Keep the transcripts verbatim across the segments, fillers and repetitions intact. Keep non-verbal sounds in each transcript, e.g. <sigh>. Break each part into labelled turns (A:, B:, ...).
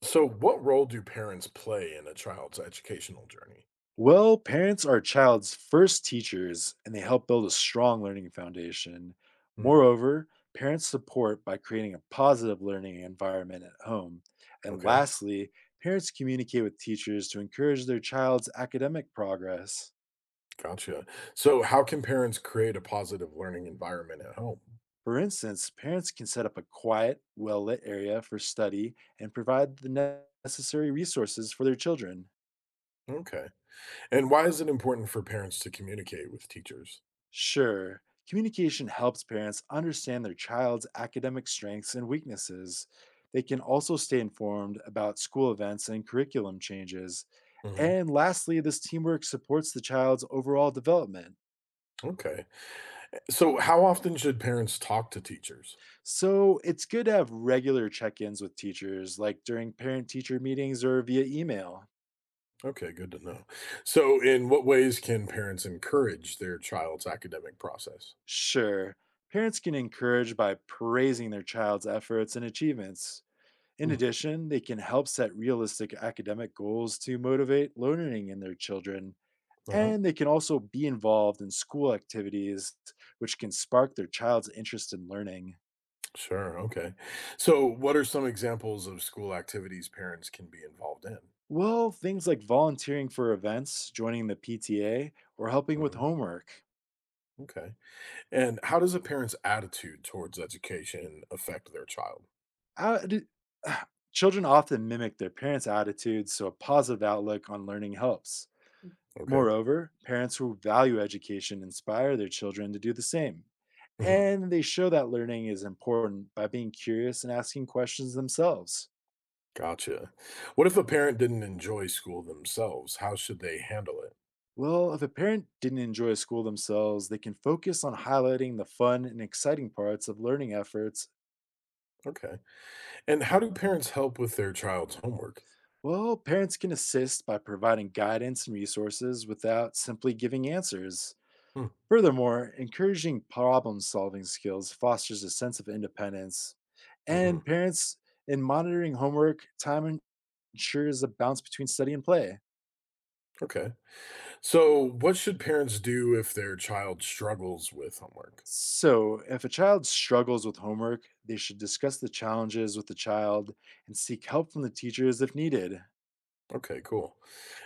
A: So, what role do parents play in a child's educational journey?
B: Well, parents are a child's first teachers and they help build a strong learning foundation.
A: Hmm.
B: Moreover, parents support by creating a positive learning environment at home. And
A: Okay.
B: lastly, parents communicate with teachers to encourage their child's academic progress.
A: Gotcha. So, how can parents create a positive learning environment at home?
B: For instance, parents can set up a quiet, well lit area for study and provide the ne- necessary resources for their children.
A: Okay. And why is it important for parents to communicate with teachers?
B: Sure, communication helps parents understand their child's academic strengths and weaknesses. They can also stay informed about school events and curriculum changes.
A: Hmm.
B: And lastly, this teamwork supports the child's overall development.
A: Okay. So, how often should parents talk to teachers?
B: So it's good to have regular check ins with teachers, like during parent teacher meetings or via email.
A: Okay, good to know. So, in what ways can parents encourage their child's academic process?
B: Sure, parents can encourage by praising their child's efforts and achievements. In
A: Hmm.
B: addition, they can help set realistic academic goals to motivate learning in their children,
A: Uh-huh.
B: and they can also be involved in school activities, which can spark their child's interest in learning.
A: Sure. Okay. So, what are some examples of school activities parents can be involved in?
B: Well, things like volunteering for events, joining the P T A, or helping with
A: Mhm.
B: homework.
A: Okay. And how does a parent's attitude towards education affect their child?
B: Out- d- <sighs> Children often mimic their parents' attitudes, so a positive outlook on learning helps.
A: Okay.
B: Moreover, parents who value education inspire their children to do the same.
A: Mhm.
B: And they show that learning is important by being curious and asking questions themselves.
A: Gotcha. What if a parent didn't enjoy school themselves? How should they handle it?
B: Well, if a parent didn't enjoy school themselves, they can focus on highlighting the fun and exciting parts of learning efforts.
A: Okay. And how do parents help with their child's homework?
B: Well, parents can assist by providing guidance and resources without simply giving answers.
A: Mm.
B: Furthermore, encouraging problem solving skills fosters a sense of independence.
A: Mm-hmm.
B: And parents, in monitoring homework, time ensures a balance between study and play.
A: Okay. So, what should parents do if their child struggles with homework?
B: So, if a child struggles with homework, they should discuss the challenges with the child and seek help from the teachers if needed.
A: Okay, cool.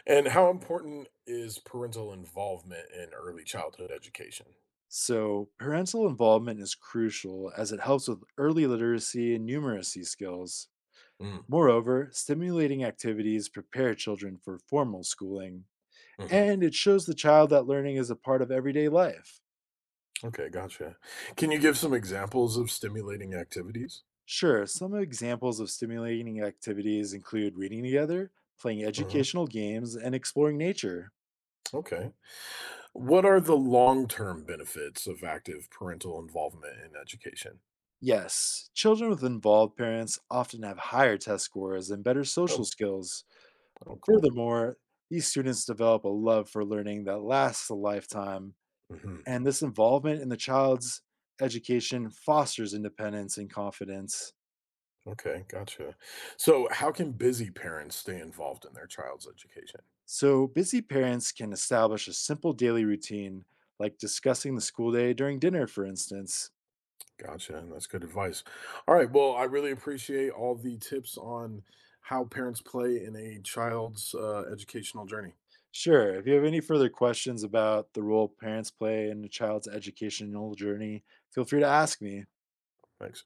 A: And how important is parental involvement in early childhood education?
B: So, parental involvement is crucial as it helps with early literacy and numeracy skills.
A: Mm.
B: Moreover, stimulating activities prepare children for formal schooling,
A: Mm-hmm.
B: and it shows the child that learning is a part of everyday life.
A: Okay, gotcha. Can you give some examples of stimulating activities?
B: Sure, some examples of stimulating activities include reading together, playing
A: Hmm.
B: educational games, and exploring nature.
A: Okay. What are the long term benefits of active parental involvement in education?
B: Yes, children with involved parents often have higher test scores and better social
A: Oh,
B: skills.
A: oh, cool.
B: Furthermore, these students develop a love for learning that lasts a lifetime,
A: Hmm.
B: and this involvement in the child's education fosters independence and confidence.
A: Okay, gotcha. So, how can busy parents stay involved in their child's education?
B: So, busy parents can establish a simple daily routine, like discussing the school day during dinner, for instance.
A: Gotcha. And that's good advice. All right. Well, I really appreciate all the tips on how parents play in a child's uh, educational journey.
B: Sure, if you have any further questions about the role parents play in a child's educational journey, feel free to ask me.
A: Thanks.